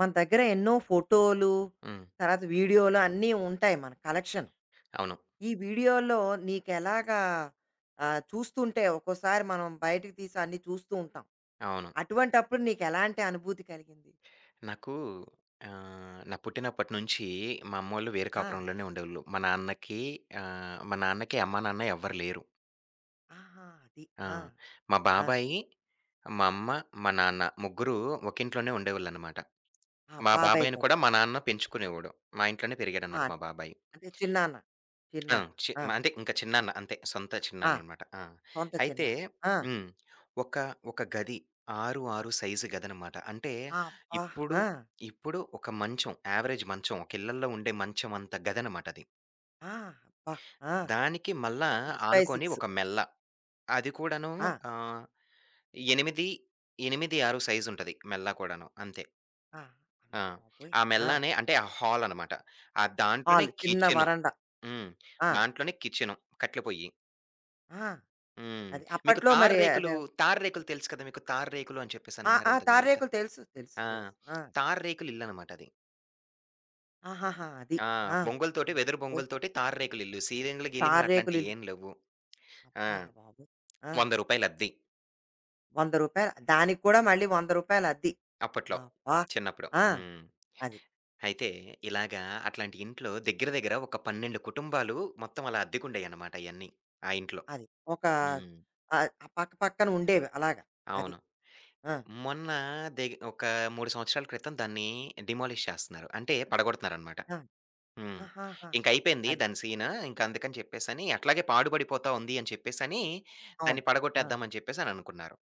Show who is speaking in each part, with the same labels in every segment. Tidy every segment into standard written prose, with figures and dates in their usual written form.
Speaker 1: మన దగ్గర ఎన్నో ఫోటోలు,
Speaker 2: హ్మ్.
Speaker 1: తర్వాత వీడియోలు అన్నీ ఉంటాయి మన కలెక్షన్.
Speaker 2: అవును.
Speaker 1: ఈ వీడియోల్లో నీకెలాగా చూస్తుంటే ఒక్కోసారి మనం బయటకి తీసి అన్నీ చూస్తూ ఉంటాం.
Speaker 2: అవును.
Speaker 1: అటువంటప్పుడు నీకెలాంటి అనుభూతి కలిగింది?
Speaker 2: నాకు ఆహ్, నా పుట్టినప్పటి నుంచి మా అమ్మోళ్ళు వేరే
Speaker 1: ఆ!
Speaker 2: కాపురంలోనే ఉండేవోళ్ళు. మా నాన్నకి అమ్మ, నాన్న ఎవ్వరు లేరు.
Speaker 1: ఆహా! అది.
Speaker 2: ఆ!
Speaker 1: ఆ!
Speaker 2: మా
Speaker 1: ఆ!
Speaker 2: బాబాయి, మా అమ్మ, మా నాన్న ముగ్గురు ఒకింట్లోనే ఉండేవాళ్ళనమాట.
Speaker 1: ఆ!
Speaker 2: మా
Speaker 1: బాబాయ్
Speaker 2: బాబాయిని
Speaker 1: కూడా.
Speaker 2: కూడా మా నాన్న పెంచుకునేవాడు. మా ఇంట్లోనే
Speaker 1: ఆ!
Speaker 2: పెరిగాడనమాట మా బాబాయి.
Speaker 1: అంటే చిన్నాన్న.
Speaker 2: ఆ!
Speaker 1: చిన్నాన్న.
Speaker 2: చి
Speaker 1: ఆ!
Speaker 2: అంటే ఇంక చిన్నాన్న అంతే. సొంత
Speaker 1: ఆ!
Speaker 2: చిన్నాన్ననమాట.
Speaker 1: సొంత
Speaker 2: అయితే,
Speaker 1: చిన్నాన్న. ఆ!
Speaker 2: హ్మ్. ఒక ఒక గది, 6, 6 సైజు గదనమాట. అంటే
Speaker 1: ఆ, అబ్బా!
Speaker 2: ఇప్పుడు,
Speaker 1: ఆ!
Speaker 2: ఇప్పుడు ఒక మంచం, యావరేజ్ మంచం, ఒక ఇళ్లల్లో ఉండే మంచం అంత గదనమాట అది.
Speaker 1: ఆ! అబ్బా! ఆ!
Speaker 2: దానికి మళ్ళా ఆనుకొని
Speaker 1: 6/6.
Speaker 2: ఒక మెల్ల. అది కూడాను
Speaker 1: ఆ!
Speaker 2: ఆహ్, 8, 8, 6 సైజు ఉంటది మెల్ల కూడాను అంతే.
Speaker 1: ఆ!
Speaker 2: ఆ!
Speaker 1: అమ్మబాబోయ్!
Speaker 2: ఆ
Speaker 1: ఆ!
Speaker 2: మెల్లనే అంటే ఆ హాల్ అనమాట. ఆ దాంట్లోనే
Speaker 1: హాలు. చిన్న
Speaker 2: కిచెను.
Speaker 1: వరండా.
Speaker 2: హ్మ్.
Speaker 1: ఆ!
Speaker 2: దాంట్లోనే కిచెను. కట్టెల పొయ్యి.
Speaker 1: ఆ!
Speaker 2: హ్మ్.
Speaker 1: అది.
Speaker 2: మీకు
Speaker 1: అప్పట్లో మరి
Speaker 2: తార్రేకులు,
Speaker 1: అదే.
Speaker 2: తార్రేకులు తెలుసు కదా! మీకు తార్రేకులు అని
Speaker 1: ఆ!
Speaker 2: చెప్పేసనన్నారు
Speaker 1: ఆ!
Speaker 2: ఇంతకుముందు.
Speaker 1: తార్రేకులు తెలుసు. తెలుసు.
Speaker 2: ఆ!
Speaker 1: తెలుసు. ఆ!
Speaker 2: తార్రేకులు ఇల్లనమాట అది.
Speaker 1: ఆహాహా! అది.
Speaker 2: ఆ!
Speaker 1: ఆ!
Speaker 2: బొంగులతోటి,
Speaker 1: అమ్మ
Speaker 2: వెదురు
Speaker 1: బాబోయ్!
Speaker 2: బొంగులతోటి తార్రేకులు ఇల్లు. సీలింగులు, గీలింగులు
Speaker 1: తార్రేకులు ఇల్లు.
Speaker 2: అట్లాంటియేం లేవు. ఆ!
Speaker 1: అబ్బా బాబోయ్! ఆ!
Speaker 2: రూ. 100 అద్దె
Speaker 1: రూ. 100 దానికి కూడా మళ్ళీ రూ. 100 అద్దె.
Speaker 2: అప్పట్లో.
Speaker 1: అబ్బా!
Speaker 2: చిన్నప్పుడు.
Speaker 1: ఆ! అది.
Speaker 2: అయితే ఇలాగా అట్లాంటి ఇంట్లో దగ్గర దగ్గర ఒక 12 కుటుంబాలు మొత్తం అలా అద్దెకుండేయన్నమాట అయన్నీ ఆ ఇంట్లో.
Speaker 1: అది. ఒక
Speaker 2: హ్మ్.
Speaker 1: ఆహ్, పక్క పక్కన ఉండేవి అలాగా. అది.
Speaker 2: అవును.
Speaker 1: ఆ!
Speaker 2: మొన్న ఒక 3 సంవత్సరాల క్రితం దాన్ని డిమాలిష్ చేస్తున్నారు. అంటే పడగొడుతున్నారన్నమాట.
Speaker 1: ఆ!
Speaker 2: హ్మ్.
Speaker 1: ఆహాహా!
Speaker 2: ఇంకయిపోయింది
Speaker 1: అది.
Speaker 2: దాని సీను. ఇంక అందుకని చెప్పేసని అట్లాగే పాడుపడిపోతా ఉంది అని చెప్పేసని,
Speaker 1: అవును.
Speaker 2: దాన్ని
Speaker 1: ఆ!
Speaker 2: పడగొట్టేద్దాం అని చెప్పేసననుకున్నారు.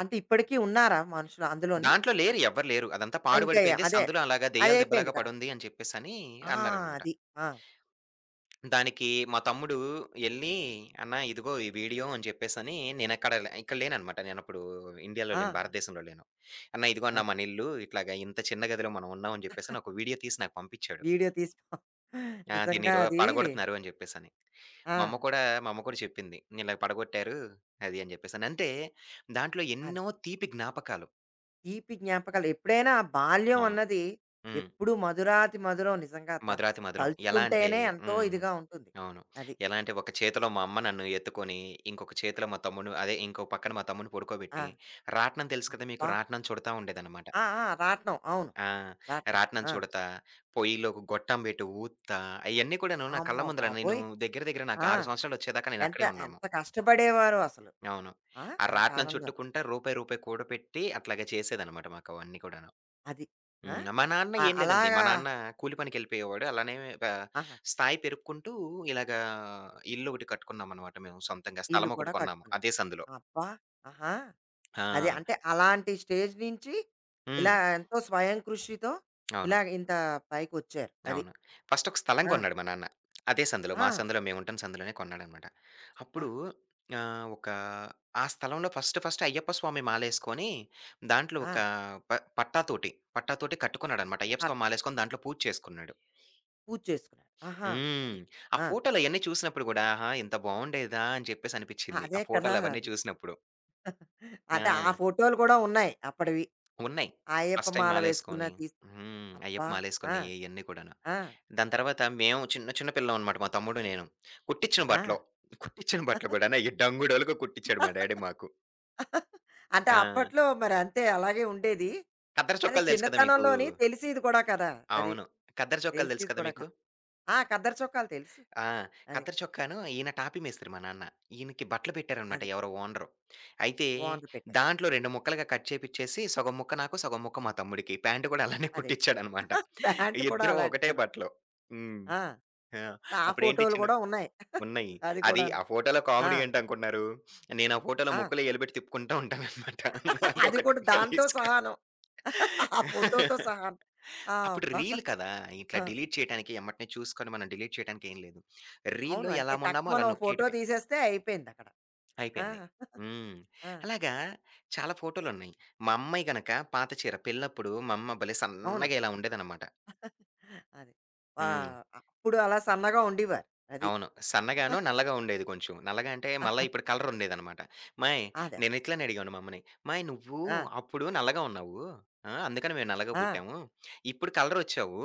Speaker 1: అంటే ఇప్పటికి ఉన్నారా మనుషులు అందులోని?
Speaker 2: దాంట్లో లేరు, ఎవ్వరు లేరు. అదంతా
Speaker 1: ఆ! ఇంకా
Speaker 2: పాడుపడిపోయింది.
Speaker 1: అదే.
Speaker 2: సందులో అలాగా దెయ్యాల
Speaker 1: అదయిపోయింది
Speaker 2: దెబ్బలాగా
Speaker 1: కదా!
Speaker 2: పడుంది అని చెప్పేసని
Speaker 1: ఆ!
Speaker 2: అన్నారనమాట.
Speaker 1: అది. ఆ!
Speaker 2: దానికి మా తమ్ముడు ఎళ్లి, "అన్న ఇదిగో ఈ వీడియో" అని చెప్పేసని, నేనక్కడ లే ఇక్కడ లేననమాట. నేనప్పుడు ఇండియాలో
Speaker 1: ఆ!
Speaker 2: లేను,
Speaker 1: ఆ!
Speaker 2: భారతదేశంలో లేను. "అన్న ఇదిగో అన్న
Speaker 1: అదే.
Speaker 2: మనిల్లు. ఇట్లాగా ఇంత చిన్న గదిలో మనం ఉన్నాం" అని చెప్పేసని ఒక వీడియో తీసి నాకు పంపిచ్చాడు.
Speaker 1: వీడియో తీసి నిజంగా
Speaker 2: "దీన్నిరో
Speaker 1: అది.
Speaker 2: పడగొడుతున్నారు" అని చెప్పేసని.
Speaker 1: ఆ!
Speaker 2: మా అమ్మ కూడా మా అమ్మ కూడా చెప్పింది. "ఇలాగ పడగొట్టారు" అది అని చెప్పేసని. అంటే దాంట్లో
Speaker 1: అది.
Speaker 2: ఎన్నో తీపి జ్ఞాపకాలు.
Speaker 1: తీపి జ్ఞాపకాలు ఎప్పుడైనా ఆ బాల్యం
Speaker 2: అవును.
Speaker 1: అన్నది
Speaker 2: హ్మ్.
Speaker 1: ఎప్పుడూ మధురాతి మధురం నిజంగా
Speaker 2: మధురాతి మధురం. ఎలా అంటే
Speaker 1: తలుచుకుంటేనే ఎంతో
Speaker 2: హ్మ్.
Speaker 1: ఇదిగా ఉంటుంది.
Speaker 2: అవును.
Speaker 1: అది.
Speaker 2: ఎలా అంటే ఒక చేతిలో మా అమ్మ నన్ను ఎత్తుకొని, ఇంకొక చేతిలో మా తమ్ముడిని, అదే ఇంకో పక్కన మా తమ్ముడిని
Speaker 1: ఆ!
Speaker 2: పడుకోబెట్టి, రాట్నం తెలుసు కదా మీకు!
Speaker 1: అబ్బా!
Speaker 2: రాట్నం చుడతా ఉండేదన్నమాట.
Speaker 1: ఆ! ఆ! రాట్నం. అవును.
Speaker 2: ఆ!
Speaker 1: రాట్నం.
Speaker 2: రాట్నం
Speaker 1: ఆ!
Speaker 2: చుడతా, పొయ్యిలో ఒక గొట్టం పెట్టి ఊత్తా అయన్నీ కూడాను నా
Speaker 1: అమ్మ
Speaker 2: కళ్ళ ముందల నేను,
Speaker 1: బాబోయ్!
Speaker 2: దగ్గర దగ్గర నాకు
Speaker 1: ఆ!
Speaker 2: 6 సంవత్సరాలు వచ్చేదాకా నేను
Speaker 1: ఎంత
Speaker 2: అక్కడే ఉన్నాము.
Speaker 1: ఎంత కష్టపడేవారో అసలు.
Speaker 2: అవును.
Speaker 1: ఆ!
Speaker 2: ఆ
Speaker 1: ఆ
Speaker 2: రాట్నం
Speaker 1: కాలంలో.
Speaker 2: చుట్టుకుంట రూపాయి, రూపాయి కూడపెట్టి అట్లాగా చేసేదనమాట మాకు అవన్నీ కూడాను.
Speaker 1: అది. ఆ!
Speaker 2: మా నాన్న ఏం లేదండి. మా
Speaker 1: అలాగా
Speaker 2: నాన్న కూలి పనికెళ్ళిపోయేవాడు. అలానే ప
Speaker 1: ఆహా!
Speaker 2: స్థాయి పెరుక్కుంటూ ఇలాగా ఇల్లు ఒకటి కట్టుకున్నామనమాట మేము సొంతంగా.
Speaker 1: ఇల్లు
Speaker 2: స్థలం
Speaker 1: కూడా
Speaker 2: ఒకటి కొన్నాము
Speaker 1: కట్టుకున్నారు.
Speaker 2: అదే సందులో.
Speaker 1: అబ్బా! ఆహా!
Speaker 2: ఆ!
Speaker 1: అది అంటే అలాంటి స్టేజ్ నుంచి ఇలా
Speaker 2: హ్మ్.
Speaker 1: ఎంతో స్వయం కృషితో
Speaker 2: అవును.
Speaker 1: ఇలా ఇంత పైకొచ్చారు. అది.
Speaker 2: అవును. ఫస్ట్ ఒక స్థలం
Speaker 1: ఆ!
Speaker 2: కొన్నాడు మా నాన్న. అదే సందులో,
Speaker 1: ఆ!
Speaker 2: మా సందులో మేముంటున్న సందులోనే కొన్నాడనమాట. అప్పుడు
Speaker 1: ఆహా!
Speaker 2: ఆహ్, ఒక ఆ స్థలంలో ఫస్ట్ ఫస్ట్ అయ్యప్ప స్వామి మాలేసుకొని, దాంట్లో
Speaker 1: ఆ!
Speaker 2: ఒక ప పట్టాతోటి, పట్టాతోటి కట్టుకున్నాడనమాట. అయ్యప్ప
Speaker 1: అట్
Speaker 2: స్వామి మాలేసుకొని దాంట్లో పూజ చేసుకున్నాడు.
Speaker 1: పూజ చేసుకున్నారు. ఆహా! అది.
Speaker 2: హ్మ్. ఆ
Speaker 1: ఆ!
Speaker 2: ఫోటోలు అయన్నీ చూసినప్పుడు గూడా, ఆహా! ఇంత బావుండేదా అని చెప్పేసి అనిపిచ్చింది. ఆ
Speaker 1: అదే కదా!
Speaker 2: ఫోటోలవన్నీ
Speaker 1: అది.
Speaker 2: చూసినప్పుడు.
Speaker 1: అంటే ఆ
Speaker 2: ఆ!
Speaker 1: ఫోటోలు కూడా ఉన్నాయి అప్పటివి.
Speaker 2: ఉన్నాయి.
Speaker 1: ఆ అయ్యప్ప
Speaker 2: ఫస్ట్ టైమ్
Speaker 1: మాల వేసుకున్న
Speaker 2: మాలేసుకొని,
Speaker 1: తీసి
Speaker 2: అయ్యప్ప
Speaker 1: అబ్బా! ఆ!
Speaker 2: మాలేసుకున్నయి ఇయన్నీ కూడాను.
Speaker 1: ఆ!
Speaker 2: దాని తర్వాత మేము చిన్న చిన్న పిల్లమనమాట మా తమ్ముడు నేను. కుట్టిచ్చిన
Speaker 1: ఆ!
Speaker 2: బట్టలు. కుట్టిచ్చిన బట్టలు కూడాను అయి డంగుడోలుగా కుట్టిచ్చాడు మా డ్యాడీ మాకు.
Speaker 1: అంటే
Speaker 2: ఆ!
Speaker 1: అప్పట్లో మరి అంతే అలాగే ఉండేది.
Speaker 2: ఖద్దరు
Speaker 1: అదే
Speaker 2: చొక్కాలు తెలుసు కదా మీకు?
Speaker 1: చిన్నతనంలోని తెలిసేది కూడా కదా! అది.
Speaker 2: అవును. ఖద్దరు చొక్కాలు తెలుసు
Speaker 1: తెలిసేది
Speaker 2: కదా
Speaker 1: కూడా
Speaker 2: మీకు?
Speaker 1: కాదు. ఆ! ఖద్దరు చొక్కాలు తెలుసు.
Speaker 2: ఆ!
Speaker 1: అది.
Speaker 2: ఖద్దరు చొక్కాను ఈయన టాపీ మేస్త్రి మా నాన్న. ఈయనకి బట్టలు పెట్టారనమాట
Speaker 1: అది.
Speaker 2: ఎవరో ఓనరు. అయితే
Speaker 1: వార్న్ పెట్టారు.
Speaker 2: దాంట్లో 2 ముక్కలుగా కట్ చేపిచ్చేసి సగం ముక్క నాకు, సగం ముక్క మా తమ్ముడికి. ప్యాంట్ కూడా అలానే
Speaker 1: అదే.
Speaker 2: కుట్టిచ్చాడనమాట.
Speaker 1: ప్యాంట్ కూడా
Speaker 2: ఇద్దరం ఒకటే
Speaker 1: అలాంటిదేను.
Speaker 2: బట్టలు. హ్మ్.
Speaker 1: ఆ!
Speaker 2: ఆ!
Speaker 1: ఆ
Speaker 2: అప్పుడేంటి
Speaker 1: ఫోటోలు
Speaker 2: చిన్న
Speaker 1: కూడా ఉన్నాయి.
Speaker 2: ఉన్నాయి.
Speaker 1: అది
Speaker 2: అది,
Speaker 1: కూడాను.
Speaker 2: ఆ ఫోటోలో
Speaker 1: ఆ!
Speaker 2: కామెడీ ఏంటనుకుంటున్నారు? నేను ఆ ఫోటోలో
Speaker 1: ఆ!
Speaker 2: ముక్కులో ఎలిపెట్టి తిప్పుకుంటా ఉంటాననమాట.
Speaker 1: అది
Speaker 2: అదొకటి
Speaker 1: కూడా దాంతో
Speaker 2: గలీజ్‌గా.
Speaker 1: సహాను. ఆ ఫోటోతో సహాను. ఆ!
Speaker 2: అప్పుడు
Speaker 1: అబ్బా!
Speaker 2: రీల్ కదా! ఇట్లా
Speaker 1: ఆ!
Speaker 2: డిలీట్ చేయటానికి ఎమ్మటనే చూసుకొని మనం డిలీట్ చేయటానికి ఏం లేదు.
Speaker 1: అవును.
Speaker 2: రీల్‌లో
Speaker 1: అంతే
Speaker 2: ఎలా ఉన్నామో అలా
Speaker 1: టక్కుమని ఓ ఫోటో
Speaker 2: నొక్కేయటమే.
Speaker 1: తీసేస్తే అయిపోయిందక్కడ. ఆ!
Speaker 2: అయిపోయింది. హ్మ్.
Speaker 1: ఆ!
Speaker 2: అలాగా చాలా ఫోటోలున్నాయి. మా అమ్మాయి గనక పాత చీర పెళ్ళప్పుడు మా అమ్మ భలే
Speaker 1: అవును.
Speaker 2: సన్నగా ఇలా ఉండేదనమాట.
Speaker 1: అది. ఆ!
Speaker 2: హ్మ్.
Speaker 1: అప్పుడు అలా సన్నగా ఉండేవారు. అది.
Speaker 2: అవును. సన్నగాను, నల్లగా ఉండేది కొంచెం. నల్లగా అంటే మళ్ళా ఇప్పుడు కలర్ ఉండేదనమాట. "అమ్మాయ్,"
Speaker 1: అదే.
Speaker 2: నేను ఇట్లనే అడిగాను మా అమ్మని. "అమ్మాయ్ నువ్వు
Speaker 1: ఆ!
Speaker 2: అప్పుడు నల్లగా ఉన్నావు. ఆ! అందుకని మేము నల్లగా
Speaker 1: ఆ!
Speaker 2: పుట్టాము. ఇప్పుడు కలర్ వచ్చావు.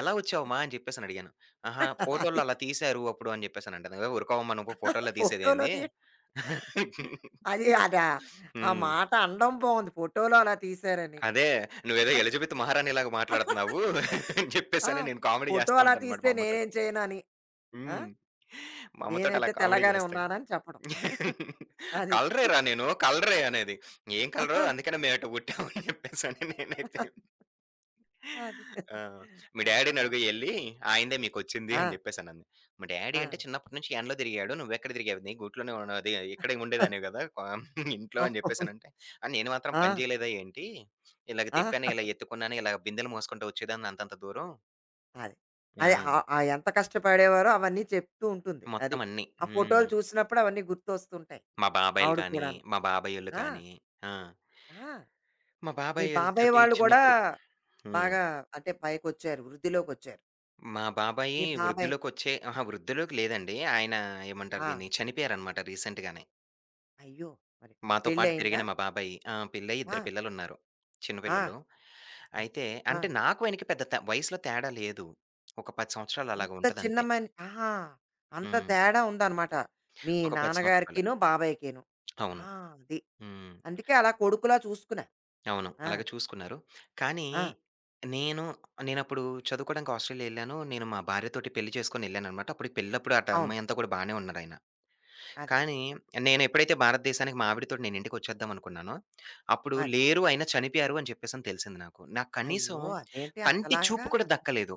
Speaker 2: ఎలా వచ్చావమ్మా?" అని చెప్పేసని అడిగాను. "ఆహా! ఫోటోల్లో
Speaker 1: అది
Speaker 2: అలా తీశారు అప్పుడు" అని చెప్పేసని అంటది. "ఊరుకోవమ్మ నువ్వు ఫోటోల్లో
Speaker 1: ఫోటోలో
Speaker 2: తీసేదేంది?
Speaker 1: తీయడం అది ఆ ఆ
Speaker 2: హ్మ్.
Speaker 1: మాట అనడం బావుంది. ఫోటోలో అలా తీశారని.
Speaker 2: అదే, నువ్వేదో ఎలిజబెత్ మహారాణిలాగా మాట్లాడుతున్నావు" అని
Speaker 1: ఆ!
Speaker 2: చెప్పేసని నేను కామెడీ
Speaker 1: ఫోటో
Speaker 2: చేస్తా
Speaker 1: అలా
Speaker 2: ఉంటానన్నమాట
Speaker 1: తీస్తే
Speaker 2: మా అమ్మతోటి.
Speaker 1: నేనేం చేయనని. ఆ!
Speaker 2: హ్మ్. మా అమ్మతోటి అలా
Speaker 1: నేనైతే
Speaker 2: కామెడీ
Speaker 1: తెల్లగానే
Speaker 2: చేస్తా.
Speaker 1: ఉన్నానని చెప్పడం. అది.
Speaker 2: కలరేరా నేను. కలరే అనేది. ఏం కలరు? అందుకనే మేమట పుట్టాం అని చెప్పేసని నేనైతే.
Speaker 1: అది.
Speaker 2: ఆ! మీ డ్యాడీని
Speaker 1: అంతలా
Speaker 2: అడుగు ఎళ్లి ఆయనదే మీకొచ్చింది అని
Speaker 1: ఆ!
Speaker 2: జెప్పేసనంది. మా డ్యాడీ
Speaker 1: ఆ!
Speaker 2: అంటే చిన్నప్పటి నుంచి ఎండలో తిరిగాడు. నువ్వెక్కడ తిరిగావు? నీ గూట్లోనే ఉన్న అది, ఇక్కడే ఉండేదానివి గదా! ఇంట్లో అని
Speaker 1: అవును.
Speaker 2: జెప్పేసనంటే, "ఆహ్, నేను మాత్రం
Speaker 1: ఆ!
Speaker 2: పని జేయలేదా ఏంటి? ఇలాగ
Speaker 1: ఆ!
Speaker 2: తిప్పాను, ఇలా ఎత్తుకున్నాను, ఇలా బిందెలు మోసుకుంటూ వచ్చేదాన్ని అంతంత దూరం."
Speaker 1: అది. అది
Speaker 2: ఆ!
Speaker 1: ఆహ్, ఆహ్, ఎంత కష్టపడేవారో అవన్నీ చెప్తూ ఉంటుంది. అది.
Speaker 2: మొత్తం అన్నీ.
Speaker 1: ఆ ఫోటోలు చూసినప్పుడు అవన్నీ గుర్తొస్తుంటాయి.
Speaker 2: మా బాబాయిలు
Speaker 1: ఆవిడకి
Speaker 2: కానీ,
Speaker 1: కూడాను.
Speaker 2: మా బాబాయోళ్ళు
Speaker 1: ఆ!
Speaker 2: కానీ, ఆ!
Speaker 1: ఆ!
Speaker 2: మా
Speaker 1: మీ బాబాయ్
Speaker 2: బాబాయోళ్ళతోటి
Speaker 1: వాళ్ళు కూడా
Speaker 2: చిన్నప్పుడు. హ్మ్.
Speaker 1: బాగా అంటే పైకొచ్చారు. వృద్ధిలోకొచ్చారు.
Speaker 2: మా బాబాయి
Speaker 1: మీ బాబాయ్.
Speaker 2: వృద్ధిలోకొచ్చే అహా! వృద్ధిలోకి లేదండి. ఆయన ఏమంటారు
Speaker 1: ఆ!
Speaker 2: దీన్ని చనిపోయారనమాట రీసెంట్‌గానే.
Speaker 1: అయ్యో! మరి
Speaker 2: మాతో పాటు
Speaker 1: పెళ్లయిందా?
Speaker 2: పెరిగిన మా బాబాయి. ఆ! పెళ్లై
Speaker 1: ఆ!
Speaker 2: ఇద్దరు పిల్లలున్నారు. చిన్న
Speaker 1: ఆ!
Speaker 2: పిల్లలు.
Speaker 1: అది.
Speaker 2: అయితే
Speaker 1: ఆ!
Speaker 2: అంటే నాకు, ఆయనకి పెద్ద తే వయసులో తేడా లేదు. ఒక 10 సంవత్సరాలు అలాగా
Speaker 1: అంత చిన్న
Speaker 2: ఉంటదంతే.
Speaker 1: ఆహా! అంత
Speaker 2: హ్మ్.
Speaker 1: తేడా ఉందనమాట. మీ
Speaker 2: ఒక 10 సంవత్సరాలు.
Speaker 1: నాన్నగారికిను, బాబాయికిను.
Speaker 2: అవును.
Speaker 1: ఆ! అది.
Speaker 2: హ్మ్.
Speaker 1: అందుకే అలా కొడుకులా చూసుకున్నారు.
Speaker 2: అవును.
Speaker 1: ఆ!
Speaker 2: అలాగే చూసుకున్నారు. కానీ
Speaker 1: ఆ!
Speaker 2: నేను, నేనప్పుడు చదువుకోవడానికి ఆస్ట్రేలియా ఎళ్ళాను. నేను మా భార్యతోటి పెళ్లి చేసుకొనెళ్ళాననమాట. అప్పటికి పెళ్ళప్పుడు అటు
Speaker 1: అవును.
Speaker 2: అమ్మాయంతా కూడా బానే ఉన్నారాయన.
Speaker 1: అది.
Speaker 2: కానీ నేనెప్పుడైతే భారతదేశానికి మా ఆవిడతోటి నేనింటికొచ్చేద్దాం అనుకున్నానో, అప్పుడు
Speaker 1: అది.
Speaker 2: లేరు, ఆయన చనిపోయారు అని చెప్పేసని తెలిసింది నాకు. నాకు కనీసం
Speaker 1: అయ్యో! అదేంటి
Speaker 2: కంటి
Speaker 1: అంతలాగా?
Speaker 2: చూపు కూడా దక్కలేదు.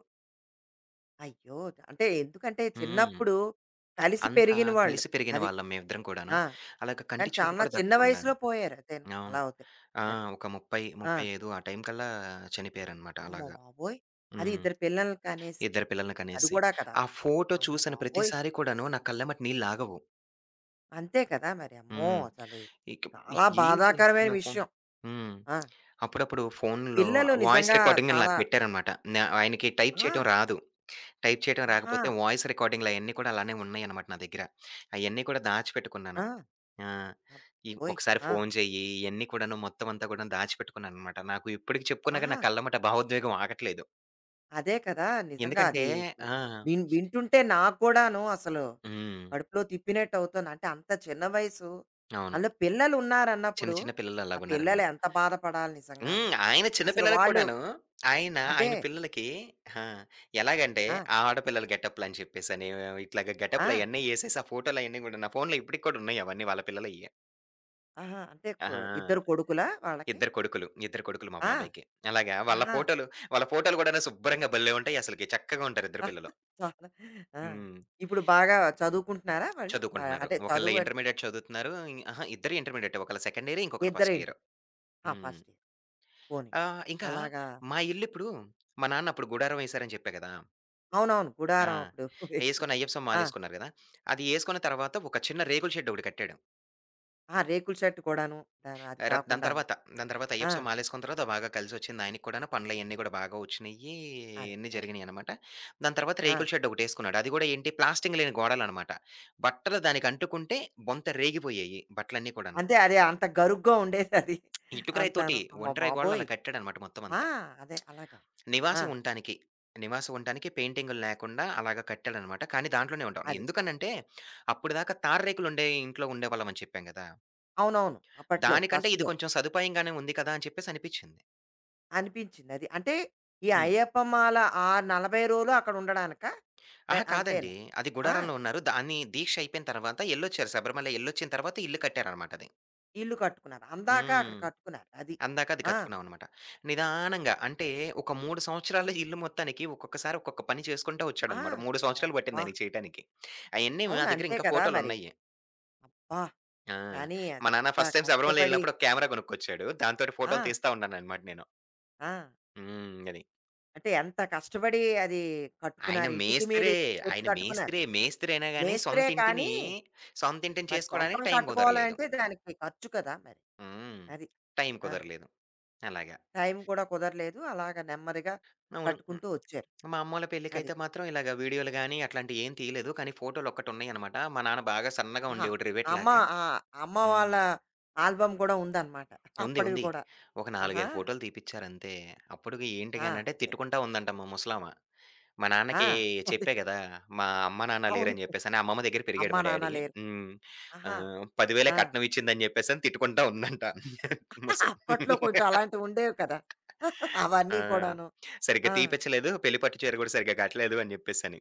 Speaker 1: అయ్యో! అంటే ఎందుకంటే
Speaker 2: హ్మ్.
Speaker 1: చిన్నప్పుడు కలిసి
Speaker 2: అంతా
Speaker 1: పెరిగిన వాళ్ళు.
Speaker 2: కలిసి పెరిగిన
Speaker 1: అది.
Speaker 2: వాళ్ళం మేమిద్దరం కూడాను.
Speaker 1: ఆ!
Speaker 2: అలాగ కంటి
Speaker 1: కానీ
Speaker 2: చూపు
Speaker 1: చాలా
Speaker 2: కూడా
Speaker 1: చిన్న
Speaker 2: దక్కకుండాను.
Speaker 1: వయసులో పోయారు అతను. అలా
Speaker 2: అవును.
Speaker 1: అవుతే
Speaker 2: ఆ!
Speaker 1: మరి.
Speaker 2: ఒక 30,
Speaker 1: ఆ!
Speaker 2: 35 ఆ టైం కల్లా చనిపోయారనమాట
Speaker 1: అమ్మ
Speaker 2: అలాగా.
Speaker 1: బాబోయ్! అది
Speaker 2: హ్మ్.
Speaker 1: ఇద్దరు పిల్లల్ని కనేసి.
Speaker 2: ఇద్దరు పిల్లల్ని
Speaker 1: అది
Speaker 2: కనేసి.
Speaker 1: కూడా కదా
Speaker 2: ఆ
Speaker 1: అక్కడ.
Speaker 2: ఫోటో
Speaker 1: అమ్మ
Speaker 2: చూసిన
Speaker 1: బాబోయ్!
Speaker 2: ప్రతిసారి కూడాను నా కళ్ళెమ్మట నీళ్లాగవు.
Speaker 1: అంతే కదా మరి. అమ్మో!
Speaker 2: హ్మ్.
Speaker 1: అసలు
Speaker 2: ఇక
Speaker 1: చాలా
Speaker 2: ఏం
Speaker 1: బాధాకరమైన
Speaker 2: చేయాలనుకున్నా ఫోన్.
Speaker 1: విషయం.
Speaker 2: హ్మ్.
Speaker 1: ఆ!
Speaker 2: అప్పుడప్పుడు ఫోన్‌లో
Speaker 1: పిల్లలు
Speaker 2: వాయిస్
Speaker 1: నిజంగా
Speaker 2: రికార్డింగ్ అని నాకు
Speaker 1: చాలా
Speaker 2: పెట్టారనమాట. నా ఆయనకి టైప్
Speaker 1: ఆ!
Speaker 2: చేయటం రాదు. టైప్ చేయటం
Speaker 1: ఆహా!
Speaker 2: రాకపోతే వాయిస్ రికార్డింగ్‌లు అయన్నీ కూడా అలానే ఉన్నాయన్నమాట నా దగ్గర. అయన్నీ కూడా దాచిపెట్టుకున్నాను.
Speaker 1: ఆ!
Speaker 2: ఆ! ఈ
Speaker 1: అబ్బోయ్!
Speaker 2: ఒకసారి
Speaker 1: ఆ!
Speaker 2: ఫోన్ చెయ్యి, ఇయన్నీ కూడాను మొత్తం అంతా కూడా దాచిపెట్టుకున్నాననమాట. నాకు ఇప్పటికి చెప్పుకున్నా గాని నా
Speaker 1: ఆహా!
Speaker 2: కళ్ళమ్మట భావోద్వేగం ఆగట్లేదు.
Speaker 1: అదే కదా! నిజంగా
Speaker 2: ఎందుకంటే
Speaker 1: అది
Speaker 2: ఆ!
Speaker 1: వింటుంటే నాకు కూడాను అసలు
Speaker 2: హ్మ్.
Speaker 1: కడుపులో తిప్పినట్టు అవుతుంది. అంటే అంత చిన్న వయసు.
Speaker 2: అవును.
Speaker 1: అందులో పిల్లలు
Speaker 2: చిన్న
Speaker 1: ఉన్నారన్నప్పుడు,
Speaker 2: చిన్న పిల్లలు
Speaker 1: ఆ పిల్లలు
Speaker 2: అలాగున్నారనమాట.
Speaker 1: ఎంత బాధపడాలి నిజంగాను.
Speaker 2: ఆయన చిన్న
Speaker 1: అసలు
Speaker 2: పిల్లలకి
Speaker 1: వాళ్ళు
Speaker 2: కూడాను, ఆయన,
Speaker 1: అదే.
Speaker 2: ఆయన పిల్లలకి ఆ! ఎలాగంటే
Speaker 1: ఆ!
Speaker 2: ఆ ఆడపిల్లల గెటప్‌లని చెప్పేసని ఇట్లాగా
Speaker 1: ఆ!
Speaker 2: గెటప్‌లయన్నీ యేసేసి ఆ ఫోటోలయన్నీ గూడా నా ఫోన్‌లో ఇప్పటికి కూడా ఉన్నాయి అవన్నీ వాళ్ళ పిల్లలయ్యే.
Speaker 1: ఆహా! అంటే ఇద్దరు
Speaker 2: ఆహా!
Speaker 1: కొడుకులా వాళ్ళకి?
Speaker 2: ఇద్దరు కొడుకులు. ఇద్దరు కొడుకులు మా
Speaker 1: ఆ!
Speaker 2: బాబాయికి. అలాగా వాళ్ళ
Speaker 1: ఆహా!
Speaker 2: ఫోటోలు, వాళ్ళ ఫోటోలు గూడాను శుభ్రంగా భలే ఉంటాయి అసలకి. చక్కగా ఉంటారు ఇద్దరు
Speaker 1: ఆహ్,
Speaker 2: పిల్లలు.
Speaker 1: చాలా ఆ!
Speaker 2: హ్మ్.
Speaker 1: ఇప్పుడు బాగా చదువుకుంటున్నారా వాళ్ళు?
Speaker 2: చదువుకుంటున్నారు.
Speaker 1: అంటే
Speaker 2: ఒకళ్ళు
Speaker 1: చదువు అంటే
Speaker 2: ఇంటర్మీడియేట్ చదువుతున్నారు. ఇ అహా! ఇద్దరు ఇంటర్మీడియేటే. ఒకళ్ళు సెకండ్ ఇయర్, ఇంకొకళ్ళు
Speaker 1: ఇద్దరు
Speaker 2: ఫస్ట్ ఇయర్.
Speaker 1: ఇంటర్. ఆ!
Speaker 2: హ్మ్.
Speaker 1: First year. పోనీ.
Speaker 2: ఇంకా
Speaker 1: అలాగా
Speaker 2: మా ఇల్లిప్పుడు, మా నాన్న అప్పుడు గుడారం యేసారని చెప్పా గదా!
Speaker 1: అవునవును.
Speaker 2: ఆ!
Speaker 1: గుడారం అప్పుడు వేసి.
Speaker 2: అయ్యేసుకొని అయ్యప్ప స్వామి
Speaker 1: ఆ!
Speaker 2: మాలేసుకున్నారు గదా! అది యేసుకున్న తర్వాత ఒక చిన్న రేకుల షెడ్ ఒకటి కట్టాడు.
Speaker 1: ఆ! రేకుల షెడ్ కూడాను. దాని అది
Speaker 2: ర దాని
Speaker 1: కాకుండాను.
Speaker 2: తర్వాత, దాని తర్వాత అయ్యప్ప
Speaker 1: ఆ!
Speaker 2: స్వామి మాలేసుకున్న తర్వాత బాగా కలిసొచ్చింది ఆయనకి కూడాను. పనులయన్నీ గూడా బాగా వచ్చినియి.
Speaker 1: అదే.
Speaker 2: అన్నీ
Speaker 1: అదే.
Speaker 2: జరిగినియనమాట. దాని తర్వాత
Speaker 1: ఆ!
Speaker 2: రేకుల షెడ్ ఒకటేసుకున్నాడు. అది గూడా ఏంటి, ప్లాస్టింగ్ లేని గోడలనమాట. బట్టలు దానికంటుకుంటే బొంత రేగిపోయేయి బట్టలన్నీ కూడాను.
Speaker 1: అంతే అదే అంత గరుగ్గా ఉండేదది.
Speaker 2: ఇటుకరాయితోటి
Speaker 1: అంతాను. అమ్మ
Speaker 2: ఒంటెరాయి గోడలు
Speaker 1: బాబోయ్!
Speaker 2: అలా కట్టాడనమాట
Speaker 1: ఆ!
Speaker 2: మొత్తమంతా.
Speaker 1: అదే అలాగా. ఆ!
Speaker 2: నివాసి ఉండటానికి. నివాసి ఉండటానికి పెయింటింగులు లేకుండా అలాగా కట్టాడనమాట. కానీ దాంట్లోనే ఉంటాం.
Speaker 1: అది.
Speaker 2: ఎందుకనంటే, అప్పటిదాకా తారు రేకులుండే ఇంట్లో ఉండేవాళ్ళమని చెప్పాం గదా!
Speaker 1: అవునవును. అప్పట్లో
Speaker 2: దానికంటే ఇది
Speaker 1: ఫస్ట్‌లో.
Speaker 2: కొంచెం సదుపాయంగానే ఉంది కదా! అని చెప్పేసి అనిపిచ్చింది.
Speaker 1: అనిపించింది అది. అంటే ఈ
Speaker 2: హ్మ్.
Speaker 1: అయ్యప్ప మాల ఆ 40 రోజులు అక్కడ ఉండడానికా? లే
Speaker 2: అహా! కాదండి.
Speaker 1: అంతేనా?
Speaker 2: అది
Speaker 1: ఆ!
Speaker 2: గుడారంలో ఉన్నారు. దాన్ని దీక్ష అయిపోయిన తర్వాత ఎళ్ళొచ్చారు. శబరిమల ఎళ్ళొచ్చిన తర్వాత ఇల్లు కట్టారనమాట అది.
Speaker 1: ఇల్లు కట్టుకున్నారు. అందాక అక్కడ
Speaker 2: హ్మ్.
Speaker 1: కట్టుకున్నారు. అది.
Speaker 2: అందాక అది
Speaker 1: ఆ!
Speaker 2: కట్టుకున్నామనమాట. నిదానంగా అంటే ఒక 3 సంవత్సరాల్లో ఇల్లు మొత్తానికి ఒక్కొక్కసారి ఒక్కొక్క పని చేసుకుంటా
Speaker 1: ఆ!
Speaker 2: వచ్చాడనమాట. 3 సంవత్సరాలు పట్టింది
Speaker 1: అబ్బా!
Speaker 2: ఆయనకి చేయటానికి. అయన్నీ మా
Speaker 1: అవును.
Speaker 2: దగ్గర
Speaker 1: అంతే
Speaker 2: ఇంకా
Speaker 1: కదా మరి.
Speaker 2: ఫోటోలున్నయి.
Speaker 1: అబ్బా!
Speaker 2: ఆ!
Speaker 1: కానీ
Speaker 2: మా
Speaker 1: అది
Speaker 2: నాన్న
Speaker 1: ఎంత
Speaker 2: ఫస్ట్ టైమ్ శబరిమల
Speaker 1: కష్టపడి
Speaker 2: ఎళ్ళినప్పుడు ఒక కెమెరా కొనుక్కొచ్చాడు. దాంతోటి
Speaker 1: ఆ!
Speaker 2: ఫోటోలు తీస్తా ఉన్నాననమాట నేను.
Speaker 1: ఆ!
Speaker 2: అది.
Speaker 1: అంటే ఎంత కష్టపడి అది
Speaker 2: ఆయన
Speaker 1: కట్టుకున్నారు. ఇటిక మీద
Speaker 2: మేస్త్రే.
Speaker 1: ఇటుక పెట్టి
Speaker 2: ఆయన
Speaker 1: కట్టుకున్నారు.
Speaker 2: మేస్త్రే. మేస్త్రి అయినా గాని
Speaker 1: మేస్త్రే
Speaker 2: సొంత
Speaker 1: కానీ
Speaker 2: ఇంటిని, సొంత ఇంటిని
Speaker 1: మరి సొంతం
Speaker 2: చేసుకోవడానికి టైం కుదరలేదు.
Speaker 1: కట్టుకోవాలంటే దానికి ఖర్చు కదా మరి.
Speaker 2: హ్మ్.
Speaker 1: అది.
Speaker 2: టైం
Speaker 1: ఆ!
Speaker 2: కుదరలేదు. అలాగా.
Speaker 1: టైం కూడా కుదరలేదు. అలాగ నెమ్మదిగా
Speaker 2: అవును.
Speaker 1: కట్టుకుంటూ వచ్చారు.
Speaker 2: మా అమ్మోళ్ళ
Speaker 1: అది.
Speaker 2: పెళ్ళికైతే మాత్రం ఇలాగ వీడియోలు గాని, అట్లాంటియి ఏం తీయలేదు. కానీ ఫోటోలొక్కటున్నాయనమాట. మా నాన్న బాగా సన్నగా
Speaker 1: ఆహా!
Speaker 2: ఉండేవాడు
Speaker 1: అమ్మ
Speaker 2: రివెట్‌లాగా.
Speaker 1: అమ్మ
Speaker 2: హ్మ్.
Speaker 1: వాళ్ళ ఆల్బమ్ గూడా ఉందనమాట.
Speaker 2: ఉంది.
Speaker 1: అప్పటివి
Speaker 2: ఉంది.
Speaker 1: కూడా.
Speaker 2: ఒక 4,
Speaker 1: ఆహా!
Speaker 2: 5 ఫోటోలు తీపిచ్చారంతే. అప్పటికి ఏంటి
Speaker 1: ఆ!
Speaker 2: అనంటే
Speaker 1: అదే.
Speaker 2: తిట్టుకుంటా ఉందంట మా ముసలామ. మా నాన్నకి
Speaker 1: ఆ! అది.
Speaker 2: చెప్పా గదా! మా అమ్మ, నాన్న
Speaker 1: అవును.
Speaker 2: లేరని జెప్పేసని. అమ్మమ్మ దగ్గర పెరిగాడు
Speaker 1: అమ్మా,
Speaker 2: మా
Speaker 1: నాన్న
Speaker 2: డ్యాడీ.
Speaker 1: లేరు.
Speaker 2: హ్మ్.
Speaker 1: ఆహా!
Speaker 2: 10,000
Speaker 1: ఆ!
Speaker 2: కట్నం ఇచ్చిందని జెప్పేసని తిట్టుకుంటా ఉందంట. ముసలి
Speaker 1: అప్పట్లో కొంచెం అలాంటివుండేవి కదా! అవన్నీ
Speaker 2: ఆ!
Speaker 1: కూడాను.
Speaker 2: సరిగ్గా
Speaker 1: ఆ!
Speaker 2: తీపిచ్చలేదు. పెళ్లి పట్టు చీర గూడా సరిగ్గా కట్టలేదు అని జెప్పేసని.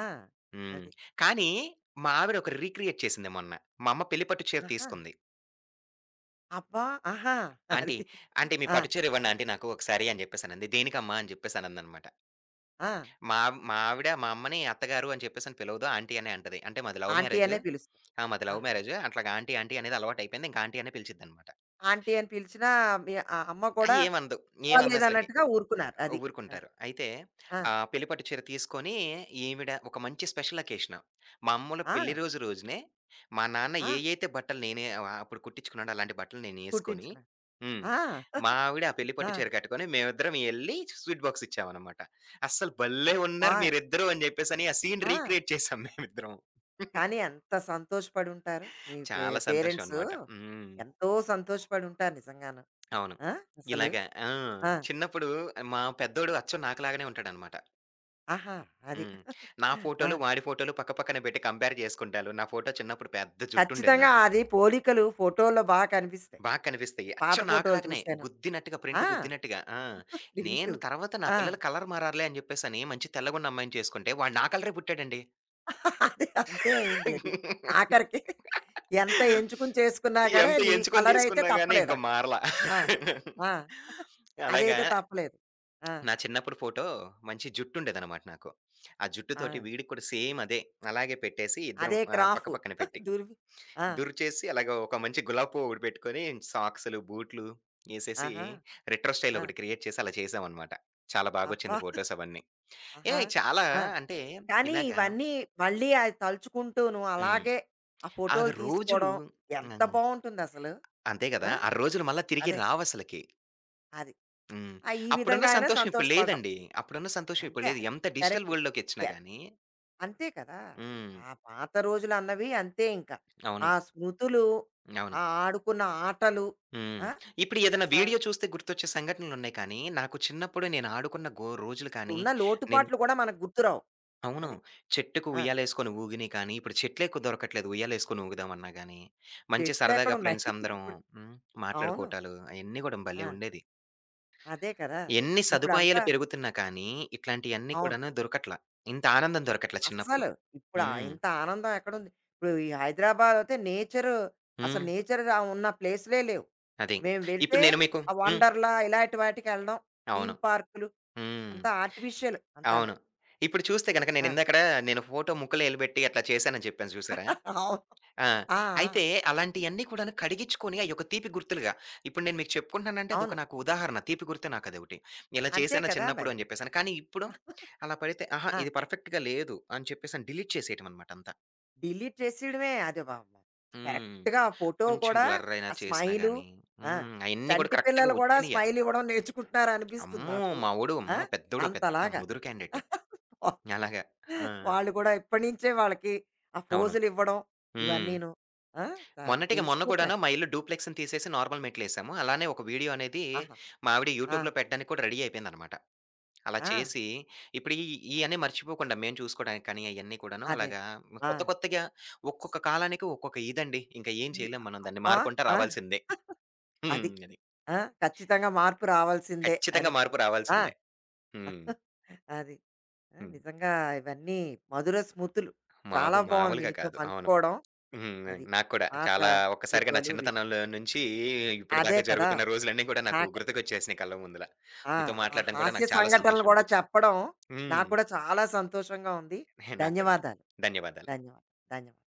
Speaker 1: ఆ!
Speaker 2: హ్మ్.
Speaker 1: అది.
Speaker 2: కానీ మా ఆవిడ ఒకటి రీక్రియేట్ చేసింది మొన్న. మా అమ్మ పెళ్లి పట్టు చీర
Speaker 1: ఆహా!
Speaker 2: తీసుకుంది.
Speaker 1: అబ్బా! ఆహా!
Speaker 2: ఆంటీ,
Speaker 1: అది.
Speaker 2: ఆంటీ మీ
Speaker 1: ఆ!
Speaker 2: పట్టు చీర ఇవ్వండి ఆంటీ నాకు ఒకసారి అని జెప్పేసనంది. దేనికమ్మా అని జెప్పేసనందనమాట.
Speaker 1: ఆ!
Speaker 2: మా మా ఆవిడ మా అమ్మని అత్తగారు అని చెప్పేసని పిలవదు. ఆంటీ అనే అంటది. అంటే మాది లవ్
Speaker 1: ఆంటీ
Speaker 2: మ్యారేజు.
Speaker 1: అనే పిలుస్తా.
Speaker 2: ఆ! మాది
Speaker 1: ఆ!
Speaker 2: లవ్
Speaker 1: అలాగా.
Speaker 2: మ్యారేజు. అట్లాగా ఆంటీ, ఆంటీ అనేది అలవాటయిపోయింది. ఇంక ఆంటీ అనే పిలిచిద్దనమాట.
Speaker 1: ఆంటీ అని పిలిచినా మీ ఆ అమ్మ
Speaker 2: ఆ!
Speaker 1: కూడా
Speaker 2: ఏమనదు. ఏమనదసలకి.
Speaker 1: పోలేదన్నట్టుగా ఊరుకున్నారు. అది. అది.
Speaker 2: ఊరుకుంటారు. అయితే
Speaker 1: ఆ!
Speaker 2: ఆహ్, పెళ్లి పట్టు చీర తీసుకొని ఈవిడ ఒక మంచి స్పెషల్ అకేషన్. మా అమ్మోళ్ళ
Speaker 1: ఆ!
Speaker 2: పెళ్లి రోజు రోజునే మా నాన్న
Speaker 1: ఆ!
Speaker 2: ఏయైతే బట్టలు నేనే అప్పుడు కుట్టించుకున్నాడో అలాంటి బట్టలు నేనేసుకొని,
Speaker 1: కుట్టించుకున్నారు.
Speaker 2: హ్మ్.
Speaker 1: ఆ!
Speaker 2: మా ఆవిడ ఆ పెళ్లి పట్టు
Speaker 1: ఆ!
Speaker 2: చీర కట్టుకొని మేమిద్దరం ఎళ్లి స్వీట్ బాక్స్ ఇచ్చామనమాట. అస్సలు భలే
Speaker 1: అబ్బా!
Speaker 2: ఉన్నారు మీరిద్దరూ అని జెప్పేసని ఆ సీన్
Speaker 1: ఆ!
Speaker 2: రీక్రియేట్ చేసాం మేమిద్దరం.
Speaker 1: కానీ ఎంత సంతోషపడుంటారు. మీ
Speaker 2: చాలా సంతోషం
Speaker 1: పేరెంట్సు
Speaker 2: అనమాట.
Speaker 1: ఎంతో సంతోషపడుంటారు నిజంగాను.
Speaker 2: అవును.
Speaker 1: ఆ! అసలు.
Speaker 2: ఇలాగా ఆ!
Speaker 1: ఆ!
Speaker 2: చిన్నప్పుడు మా పెద్దోడు అచ్చం నాకులాగానే ఉంటాడనమాట.
Speaker 1: ఆహా! అది.
Speaker 2: హ్మ్. నా
Speaker 1: ఆ!
Speaker 2: ఫోటోలు, వాడి ఫోటోలు పక్క పక్కన పెట్టి కంపేర్ చేసుకుంటాలు. నా ఫోటో చిన్నప్పుడు పెద్ద జుట్టుండేది
Speaker 1: ఖచ్చితంగా
Speaker 2: నాకు.
Speaker 1: అది పోలికలు ఫోటోల్లో కనిపిస్తాయి.
Speaker 2: బాగా కనిపిస్తాయి.
Speaker 1: పాత
Speaker 2: అచ్చం
Speaker 1: ఫోటోలు
Speaker 2: నాకులాగానే
Speaker 1: చూసాను.
Speaker 2: గుద్దినట్టుగా ప్రింట్
Speaker 1: ఆ!
Speaker 2: గుద్దినట్టుగా. ఆ!
Speaker 1: ప్రింటు.
Speaker 2: నేను తర్వాత నా
Speaker 1: ఆ!
Speaker 2: పిల్లలు కలర్ మారారులే అని చెప్పేసని మంచి తెల్లగున్న అమ్మాయిని చేసుకుంటే వాడు నా కలరే పుట్టాడండి.
Speaker 1: అది అంతే అయింది అది. ఆఖరికి ఎంత ఎంచుకుని చేసుకున్నా గూడా
Speaker 2: ఎంత
Speaker 1: నీ
Speaker 2: ఎంచుకొని
Speaker 1: కలరయితే
Speaker 2: చేసుకున్నా గాని ఇంకా
Speaker 1: తప్పలేదక్కడ.
Speaker 2: మారలా.
Speaker 1: ఆ! ఆ!
Speaker 2: అలాగా
Speaker 1: అదైతే తప్పలేదు. ఆ!
Speaker 2: నా చిన్నప్పుడు ఫోటో మంచి జుట్టుండేదనమాట నాకు. ఆ
Speaker 1: ఆ!
Speaker 2: జుట్టుతోటి వీడికి కూడా సేమ్ అదే. అలాగే పెట్టేసి ఇద్దరం
Speaker 1: అదే
Speaker 2: ఆహ్, పక్క
Speaker 1: క్రాఫు.
Speaker 2: పక్కన పెట్టి,
Speaker 1: దుర్వి ఆ!
Speaker 2: దుర్చేసి అలాగా ఒక మంచి గులాబీ పువ్వు ఒకటి పెట్టుకొని సాక్స్‌లు, బూట్లు ఏసేసి
Speaker 1: ఆహా!
Speaker 2: రెట్రో స్టైల్
Speaker 1: ఆ!
Speaker 2: ఒకటి క్రియేట్ చేసి అలా చేశామనమాట. చాలా
Speaker 1: అబ్బా!
Speaker 2: బాగొచ్చింది ఫోటోస్ అవన్నీ.
Speaker 1: ఆహా!
Speaker 2: ఏహ్! చాలా
Speaker 1: ఆ!
Speaker 2: అంటే
Speaker 1: కానీ
Speaker 2: ఇలాగా
Speaker 1: ఇవన్నీ మళ్ళీ అది తలుచుకుంటూను
Speaker 2: హ్మ్.
Speaker 1: అలాగే ఆ
Speaker 2: ఆ
Speaker 1: ఫోటోలు
Speaker 2: రోజులు.
Speaker 1: తీసుకోవడం ఎంత
Speaker 2: హ్మ్.
Speaker 1: బావుంటుందసలు.
Speaker 2: అంతే గదా!
Speaker 1: ఆ!
Speaker 2: ఆ రోజులు మళ్ళా తిరిగి
Speaker 1: అదే.
Speaker 2: రావసలకి.
Speaker 1: అది.
Speaker 2: హ్మ్.
Speaker 1: ఆ! ఈ
Speaker 2: అప్పుడున్న
Speaker 1: విధంగా అయినా
Speaker 2: సంతోషం ఇప్పుడు
Speaker 1: సంతోషపడ్డాం.
Speaker 2: లేదండి. అప్పుడున్న సంతోషం
Speaker 1: అంతే
Speaker 2: ఇప్పుడు లేదు.
Speaker 1: అది.
Speaker 2: ఎంత డిజిటల్
Speaker 1: కరెక్ట్.
Speaker 2: వరల్డ్‌లోకొచ్చినా గాని,
Speaker 1: అంతే కదా! అది.
Speaker 2: హ్మ్.
Speaker 1: ఆ పాత రోజులన్నవి అంతే ఇంక.
Speaker 2: అవును.
Speaker 1: ఆ స్మృతులు,
Speaker 2: అవును.
Speaker 1: ఆ ఆడుకున్న ఆటలు,
Speaker 2: హ్మ్.
Speaker 1: ఆ!
Speaker 2: ఇప్పుడు ఏదైనా
Speaker 1: అసలు
Speaker 2: వీడియో చూస్తే గుర్తొచ్చే సంఘటనలున్నాయి కానీ, నాకు చిన్నప్పుడు నేను ఆడుకున్న రోజులు కానీ,
Speaker 1: ఉన్న
Speaker 2: నేను
Speaker 1: లోటుపాట్లు కూడా మనకు గుర్తురావు.
Speaker 2: అవును.
Speaker 1: అది.
Speaker 2: చెట్టుకు
Speaker 1: ఆ!
Speaker 2: ఉయ్యాలేసుకొని ఊగినయి కానీ, ఇప్పుడు చెట్లే దొరకట్లేదు ఉయ్యాలేసుకొని ఊగుదామన్నా గానీ, మంచి సరదాగా
Speaker 1: చెట్లెక్కడున్నాయి
Speaker 2: ఫ్రెండ్స్ అందరం,
Speaker 1: ఇప్పుడు?
Speaker 2: హ్మ్.
Speaker 1: అవును.
Speaker 2: మాట్లాడుకోవటాలు అయన్నీ గూడా
Speaker 1: ఆ!
Speaker 2: భలే ఉండేది.
Speaker 1: అదే కదా!
Speaker 2: ఎన్ని
Speaker 1: ఇప్పుడంతా
Speaker 2: సదుపాయాలు పెరుగుతున్నా కానీ, ఇట్లాంటియన్నీ
Speaker 1: అవును.
Speaker 2: కూడాను దొరకట్ల. ఇంత ఆనందం దొరకట్ల చిన్నప్పుడు.
Speaker 1: అస్సలు. ఇప్పుడు ఆ
Speaker 2: హ్మ్.
Speaker 1: ఇంత ఆనందం ఎక్కడుంది? ఇప్పుడు ఈ హైదరాబాదయితే నేచరు అసలు
Speaker 2: హ్మ్.
Speaker 1: నేచర్ ఉన్న ప్లేసులే లేవు.
Speaker 2: అది.
Speaker 1: మేము వెళ్తే
Speaker 2: ఇప్పుడు నేను మీకు
Speaker 1: ఆ
Speaker 2: హ్మ్.
Speaker 1: వండర్‌లా ఇలాంటి వాటికెళ్ళడం, థీమ్
Speaker 2: అవును.
Speaker 1: పార్కులు
Speaker 2: హ్మ్.
Speaker 1: అంతా ఆర్టిఫిషియల్ అంతాను.
Speaker 2: అవును. ఇప్పుడు చూస్తే గనక
Speaker 1: ఆ!
Speaker 2: నేనిందాకడ నేను ఫోటో ముక్కలో ఎలిబెట్టి అట్లా చేశానని చెప్పాను చూసారా?
Speaker 1: అవును.
Speaker 2: ఆ!
Speaker 1: ఆ! ఆ!
Speaker 2: అయితే అలాంటియన్నీ కూడాను కడిగిచ్చుకొని అయ్యొక తీపి గుర్తులుగా ఇప్పుడు నేను మీకు చెప్పుకుంటున్నానంటే
Speaker 1: అవును.
Speaker 2: అదొక నాకు ఉదాహరణ. తీపి గుర్తే నాకదొకటి. ఇలా
Speaker 1: అంతే
Speaker 2: చేశాను
Speaker 1: కదా
Speaker 2: చిన్నప్పుడు
Speaker 1: మరి.
Speaker 2: అని చెప్పేసని. కానీ ఇప్పుడు అలా పడితే అహా!
Speaker 1: ఆ!
Speaker 2: ఇది పర్ఫెక్ట్‌గా లేదు అని చెప్పేసని డిలీట్ చేసేయటమనమాట అంతా.
Speaker 1: డిలీట్ చేసేయడమే అది వ మ
Speaker 2: హ్మ్.
Speaker 1: కరెక్ట్‌గా ఫోటో
Speaker 2: కొంచెం
Speaker 1: కూడా
Speaker 2: బ్లర్ అయినా
Speaker 1: ఆ
Speaker 2: చేసినా
Speaker 1: స్మైలు
Speaker 2: గాని,
Speaker 1: ఆ!
Speaker 2: అయన్నీ కూడా
Speaker 1: చంటి
Speaker 2: కరెక్ట్‌గా
Speaker 1: పిల్లలు కూడా
Speaker 2: వచ్చినియ.
Speaker 1: స్మైల్ ఇవ్వడం నేర్చుకుంటున్నారనిపిస్తుంది
Speaker 2: అమ్మో!
Speaker 1: నాకు.
Speaker 2: మావోడు
Speaker 1: ఆ!
Speaker 2: అమ్మో! పెద్దోడు పెద్ద
Speaker 1: అంతలాగా.
Speaker 2: ముదురు క్యాండిడేట్. అలాగా. ఆ!
Speaker 1: వాళ్ళు కూడా ఇప్పటి నుంచే వాళ్ళకి ఆ
Speaker 2: అవును.
Speaker 1: ఫోజులు ఇవ్వడం
Speaker 2: హ్మ్.
Speaker 1: ఇవన్నీను. ఆ! త
Speaker 2: మొన్నటికి మొన్న కూడాను
Speaker 1: తెలిసిపోతున్నాయి.
Speaker 2: మా ఇల్లు డూప్లెక్స్‌ని తీసేసి నార్మల్ మెట్లేసాము. అలానే ఒక వీడియో అనేది
Speaker 1: ఆహా!
Speaker 2: మా ఆవిడ
Speaker 1: ఆ!
Speaker 2: యూట్యూబ్‌లో పెట్టడానికి కూడా రెడీ అయిపోయిందనమాట. అలా
Speaker 1: ఆ!
Speaker 2: చేసి ఇప్పుడు ఇయన్నీ మర్చిపోకుండా మేము చూసుకోవడానికి కానీ అయన్నీ కూడాను
Speaker 1: అదే.
Speaker 2: అలాగా
Speaker 1: ఆ!
Speaker 2: కొత్త కొత్తగా ఒక్కొక్క కాలానికి ఒక్కొక్క ఇదండి. ఇంక ఏం
Speaker 1: ఈ
Speaker 2: చేయలేం మనం దాన్ని
Speaker 1: అబ్బా!
Speaker 2: మారుకుంటా
Speaker 1: ఆ!
Speaker 2: రావాల్సిందే.
Speaker 1: అది.
Speaker 2: అది.
Speaker 1: ఆ! ఖచ్చితంగా మార్పు రావాల్సిందే
Speaker 2: ఖచ్చితంగా
Speaker 1: అని.
Speaker 2: మార్పు
Speaker 1: ఆ!
Speaker 2: రావాల్సిందే. హ్మ్.
Speaker 1: అది. ఆ!
Speaker 2: హ్మ్.
Speaker 1: నిజంగా ఇవన్నీ మధుర స్మృతులు. చాలా
Speaker 2: మాదు
Speaker 1: బావుంది
Speaker 2: మామూలుగా
Speaker 1: మీతో
Speaker 2: కాదు. అవును.
Speaker 1: పంచుకోవడం.
Speaker 2: హ్మ్.
Speaker 1: అది.
Speaker 2: నాకు కూడా
Speaker 1: పాత
Speaker 2: చాలా, ఒక్కసారిగా నా
Speaker 1: ఫోటోలు
Speaker 2: చిన్నతనంలో నుంచి
Speaker 1: అదే
Speaker 2: ఇప్పటిదాకా
Speaker 1: కదా!
Speaker 2: జరుగుతున్న రోజులన్నీ కూడా నాకు
Speaker 1: నాకు
Speaker 2: గుర్తుకొచ్చేసినాయి కళ్ళ ముందుల.
Speaker 1: ఆ!
Speaker 2: మీతో
Speaker 1: ఆ
Speaker 2: మాట్లాడడం కూడా
Speaker 1: హాస్య
Speaker 2: నాకు చాలా
Speaker 1: సంఘటనలు
Speaker 2: సంతోషం
Speaker 1: కూడా
Speaker 2: అనిపించింది.
Speaker 1: చెప్పడం నాకు
Speaker 2: హ్మ్.
Speaker 1: కూడా చాలా సంతోషంగా ఉంది.
Speaker 2: నాకు కూడా.
Speaker 1: ధన్యవాదాలు.
Speaker 2: ధన్యవాదాలు.
Speaker 1: ధన్యవాదాలు. ధన్యవాదాలు.